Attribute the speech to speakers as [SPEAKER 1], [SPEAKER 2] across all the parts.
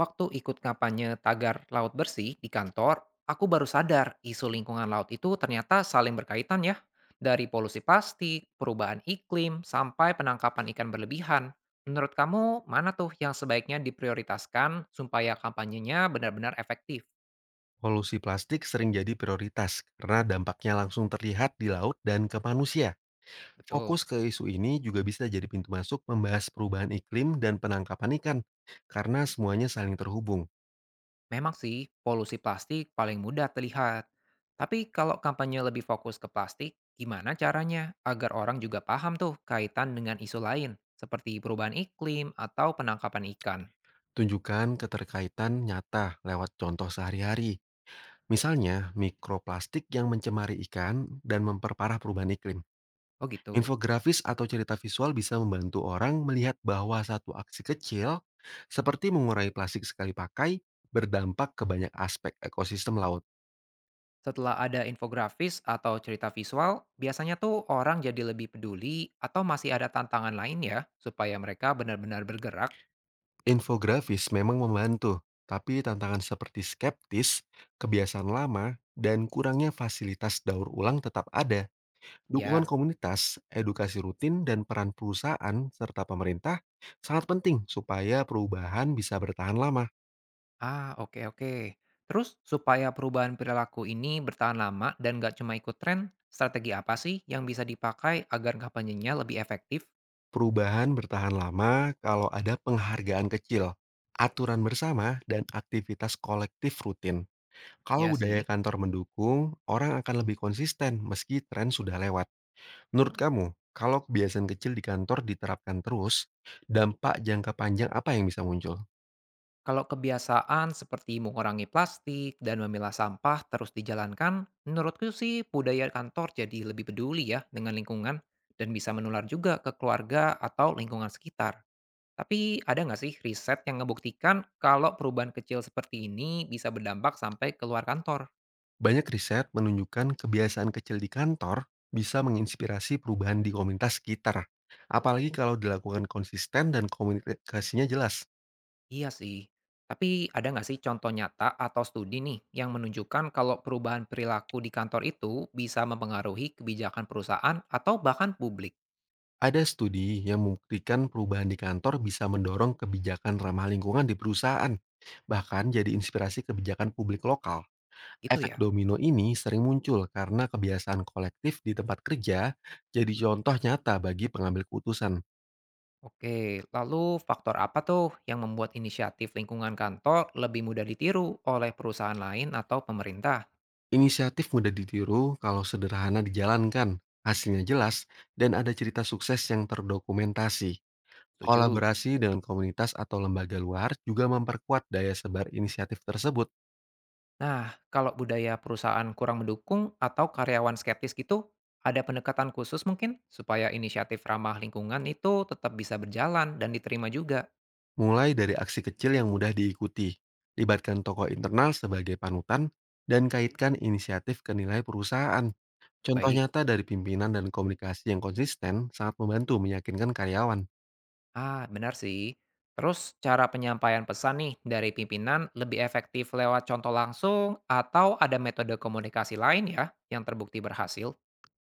[SPEAKER 1] Waktu ikut kampanye tagar laut bersih di kantor, aku baru sadar isu lingkungan laut itu ternyata saling berkaitan ya. Dari polusi plastik, perubahan iklim, sampai penangkapan ikan berlebihan. Menurut kamu, mana tuh yang sebaiknya diprioritaskan supaya kampanyenya benar-benar efektif?
[SPEAKER 2] Polusi plastik sering jadi prioritas karena dampaknya langsung terlihat di laut dan ke manusia.
[SPEAKER 1] Betul.
[SPEAKER 2] Fokus ke isu ini juga bisa jadi pintu masuk membahas perubahan iklim dan penangkapan ikan, karena semuanya saling terhubung.
[SPEAKER 1] Memang sih, polusi plastik paling mudah terlihat. Tapi kalau kampanye lebih fokus ke plastik, gimana caranya agar orang juga paham tuh kaitan dengan isu lain, seperti perubahan iklim atau penangkapan ikan?
[SPEAKER 2] Tunjukkan keterkaitan nyata lewat contoh sehari-hari, misalnya mikroplastik yang mencemari ikan dan memperparah perubahan iklim.
[SPEAKER 1] Oh gitu.
[SPEAKER 2] Infografis atau cerita visual bisa membantu orang melihat bahwa satu aksi kecil, seperti mengurangi plastik sekali pakai, berdampak ke banyak aspek ekosistem laut.
[SPEAKER 1] Setelah ada infografis atau cerita visual, biasanya tuh orang jadi lebih peduli atau masih ada tantangan lain ya, supaya mereka benar-benar bergerak?
[SPEAKER 2] Infografis memang membantu, tapi tantangan seperti skeptis, kebiasaan lama, dan kurangnya fasilitas daur ulang tetap ada. Dukungan
[SPEAKER 1] Ya.
[SPEAKER 2] komunitas, edukasi rutin, dan peran perusahaan serta pemerintah sangat penting supaya perubahan bisa bertahan lama.
[SPEAKER 1] Ah, oke oke. Terus supaya perubahan perilaku ini bertahan lama dan nggak cuma ikut tren, strategi apa sih yang bisa dipakai agar kampanyenya lebih efektif?
[SPEAKER 2] Perubahan bertahan lama kalau ada penghargaan kecil, aturan bersama, dan aktivitas kolektif rutin. Kalau
[SPEAKER 1] Ya
[SPEAKER 2] budaya
[SPEAKER 1] sih,
[SPEAKER 2] kantor mendukung, orang akan lebih konsisten meski tren sudah lewat. Menurut kamu, kalau kebiasaan kecil di kantor diterapkan terus, dampak jangka panjang apa yang bisa muncul?
[SPEAKER 1] kalau kebiasaan seperti mengurangi plastik dan memilah sampah terus dijalankan, menurutku sih budaya kantor jadi lebih peduli ya dengan lingkungan dan bisa menular juga ke keluarga atau lingkungan sekitar. Tapi ada nggak sih riset yang ngebuktikan kalau perubahan kecil seperti ini bisa berdampak sampai keluar kantor?
[SPEAKER 2] Banyak riset menunjukkan kebiasaan kecil di kantor bisa menginspirasi perubahan di komunitas sekitar. Apalagi kalau dilakukan konsisten dan komunikasinya jelas.
[SPEAKER 1] Iya sih. Tapi ada nggak sih contoh nyata atau studi nih yang menunjukkan kalau perubahan perilaku di kantor itu bisa mempengaruhi kebijakan perusahaan atau bahkan publik?
[SPEAKER 2] Ada studi yang membuktikan perubahan di kantor bisa mendorong kebijakan ramah lingkungan di perusahaan, bahkan jadi inspirasi kebijakan publik lokal.
[SPEAKER 1] Gitu
[SPEAKER 2] Efek
[SPEAKER 1] ya.
[SPEAKER 2] domino ini sering muncul karena kebiasaan kolektif di tempat kerja jadi contoh nyata bagi pengambil keputusan.
[SPEAKER 1] Oke, lalu faktor apa tuh yang membuat inisiatif lingkungan kantor lebih mudah ditiru oleh perusahaan lain atau pemerintah?
[SPEAKER 2] Inisiatif mudah ditiru kalau sederhana dijalankan, hasilnya jelas, dan ada cerita sukses yang terdokumentasi.
[SPEAKER 1] Setuju.
[SPEAKER 2] Kolaborasi dengan komunitas atau lembaga luar juga memperkuat daya sebar inisiatif tersebut.
[SPEAKER 1] Nah, kalau budaya perusahaan kurang mendukung atau karyawan skeptis gitu, ada pendekatan khusus mungkin supaya inisiatif ramah lingkungan itu tetap bisa berjalan dan diterima juga.
[SPEAKER 2] Mulai dari aksi kecil yang mudah diikuti, libatkan tokoh internal sebagai panutan, dan kaitkan inisiatif ke nilai perusahaan. Contoh
[SPEAKER 1] Baik.
[SPEAKER 2] nyata dari pimpinan dan komunikasi yang konsisten sangat membantu meyakinkan karyawan.
[SPEAKER 1] Ah, benar sih. Terus cara penyampaian pesan nih dari pimpinan lebih efektif lewat contoh langsung atau ada metode komunikasi lain ya yang terbukti berhasil?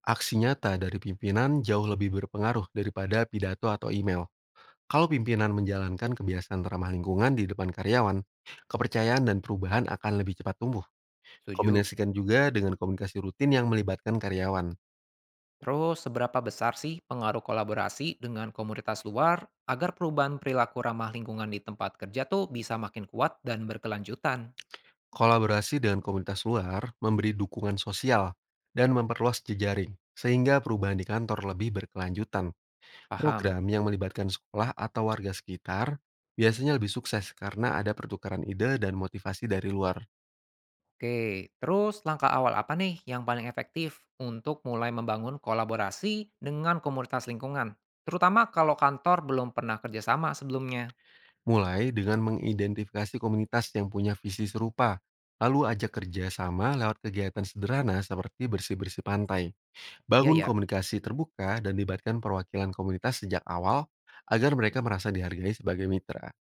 [SPEAKER 2] Aksi nyata dari pimpinan jauh lebih berpengaruh daripada pidato atau email. Kalau pimpinan menjalankan kebiasaan ramah lingkungan di depan karyawan, kepercayaan dan perubahan akan lebih cepat tumbuh.
[SPEAKER 1] Setuju.
[SPEAKER 2] Kombinasikan juga dengan komunikasi rutin yang melibatkan karyawan.
[SPEAKER 1] Terus seberapa besar sih pengaruh kolaborasi dengan komunitas luar agar perubahan perilaku ramah lingkungan di tempat kerja tuh bisa makin kuat dan berkelanjutan?
[SPEAKER 2] Kolaborasi dengan komunitas luar memberi dukungan sosial dan memperluas jejaring, sehingga perubahan di kantor lebih berkelanjutan.
[SPEAKER 1] Paham.
[SPEAKER 2] Program yang melibatkan sekolah atau warga sekitar biasanya lebih sukses karena ada pertukaran ide dan motivasi dari luar.
[SPEAKER 1] Oke, terus langkah awal apa nih yang paling efektif untuk mulai membangun kolaborasi dengan komunitas lingkungan? Terutama kalau kantor belum pernah kerjasama sebelumnya.
[SPEAKER 2] Mulai dengan mengidentifikasi komunitas yang punya visi serupa, lalu ajak kerja sama lewat kegiatan sederhana seperti bersih-bersih pantai.
[SPEAKER 1] Iya
[SPEAKER 2] Bangun
[SPEAKER 1] ya?
[SPEAKER 2] komunikasi terbuka dan libatkan perwakilan komunitas sejak awal agar mereka merasa dihargai sebagai mitra.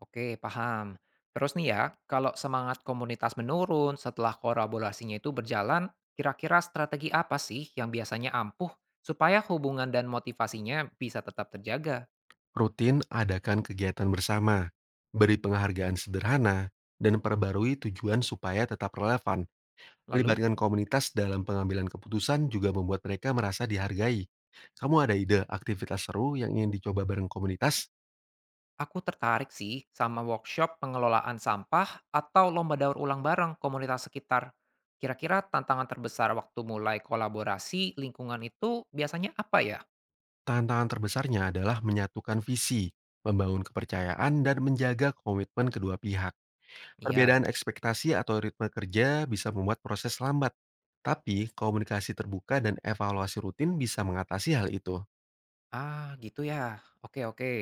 [SPEAKER 1] Oke, paham. Terus nih ya, kalau semangat komunitas menurun setelah kolaborasinya itu berjalan, kira-kira strategi apa sih yang biasanya ampuh supaya hubungan dan motivasinya bisa tetap terjaga?
[SPEAKER 2] Rutin adakan kegiatan bersama, beri penghargaan sederhana, dan perbarui tujuan supaya tetap relevan.
[SPEAKER 1] Lalu?
[SPEAKER 2] Melibatkan komunitas dalam pengambilan keputusan juga membuat mereka merasa dihargai. Kamu ada ide aktivitas seru yang ingin dicoba bareng komunitas?
[SPEAKER 1] Aku tertarik sih sama workshop pengelolaan sampah atau lomba daur ulang bareng komunitas sekitar. Kira-kira tantangan terbesar waktu mulai kolaborasi lingkungan itu biasanya apa ya?
[SPEAKER 2] Tantangan terbesarnya adalah menyatukan visi, membangun kepercayaan, dan menjaga komitmen kedua pihak.
[SPEAKER 1] Iya.
[SPEAKER 2] Perbedaan ekspektasi atau ritme kerja bisa membuat proses lambat, tapi komunikasi terbuka dan evaluasi rutin bisa mengatasi hal itu.
[SPEAKER 1] Ah, gitu ya. Oke, oke.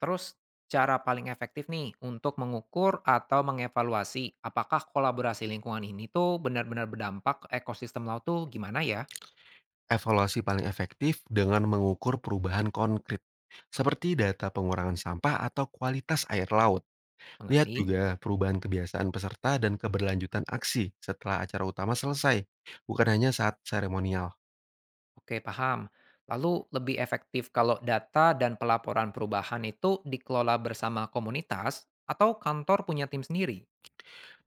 [SPEAKER 1] Terus cara paling efektif nih untuk mengukur atau mengevaluasi apakah kolaborasi lingkungan ini tuh benar-benar berdampak ke ekosistem laut tuh gimana ya?
[SPEAKER 2] Evaluasi paling efektif dengan mengukur perubahan konkret, seperti data pengurangan sampah atau kualitas air laut. Lihat
[SPEAKER 1] Mengerti?
[SPEAKER 2] juga perubahan kebiasaan peserta dan keberlanjutan aksi setelah acara utama selesai, bukan hanya saat seremonial.
[SPEAKER 1] Oke, paham. Lalu lebih efektif kalau data dan pelaporan perubahan itu dikelola bersama komunitas atau kantor punya tim sendiri?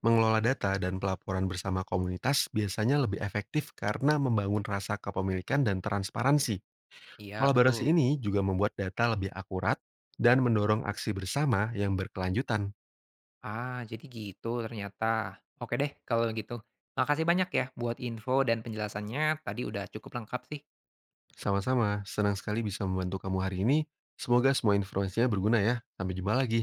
[SPEAKER 2] Mengelola data dan pelaporan bersama komunitas biasanya lebih efektif karena membangun rasa kepemilikan dan transparansi.
[SPEAKER 1] Iya,
[SPEAKER 2] Kolaborasi
[SPEAKER 1] betul.
[SPEAKER 2] ini juga membuat data lebih akurat dan mendorong aksi bersama yang berkelanjutan.
[SPEAKER 1] Ah, jadi gitu ternyata. Oke deh kalau gitu. Makasih banyak ya buat info dan penjelasannya. Tadi udah cukup lengkap sih.
[SPEAKER 2] Sama-sama, senang sekali bisa membantu kamu hari ini. Semoga semua informasinya berguna ya. Sampai jumpa lagi.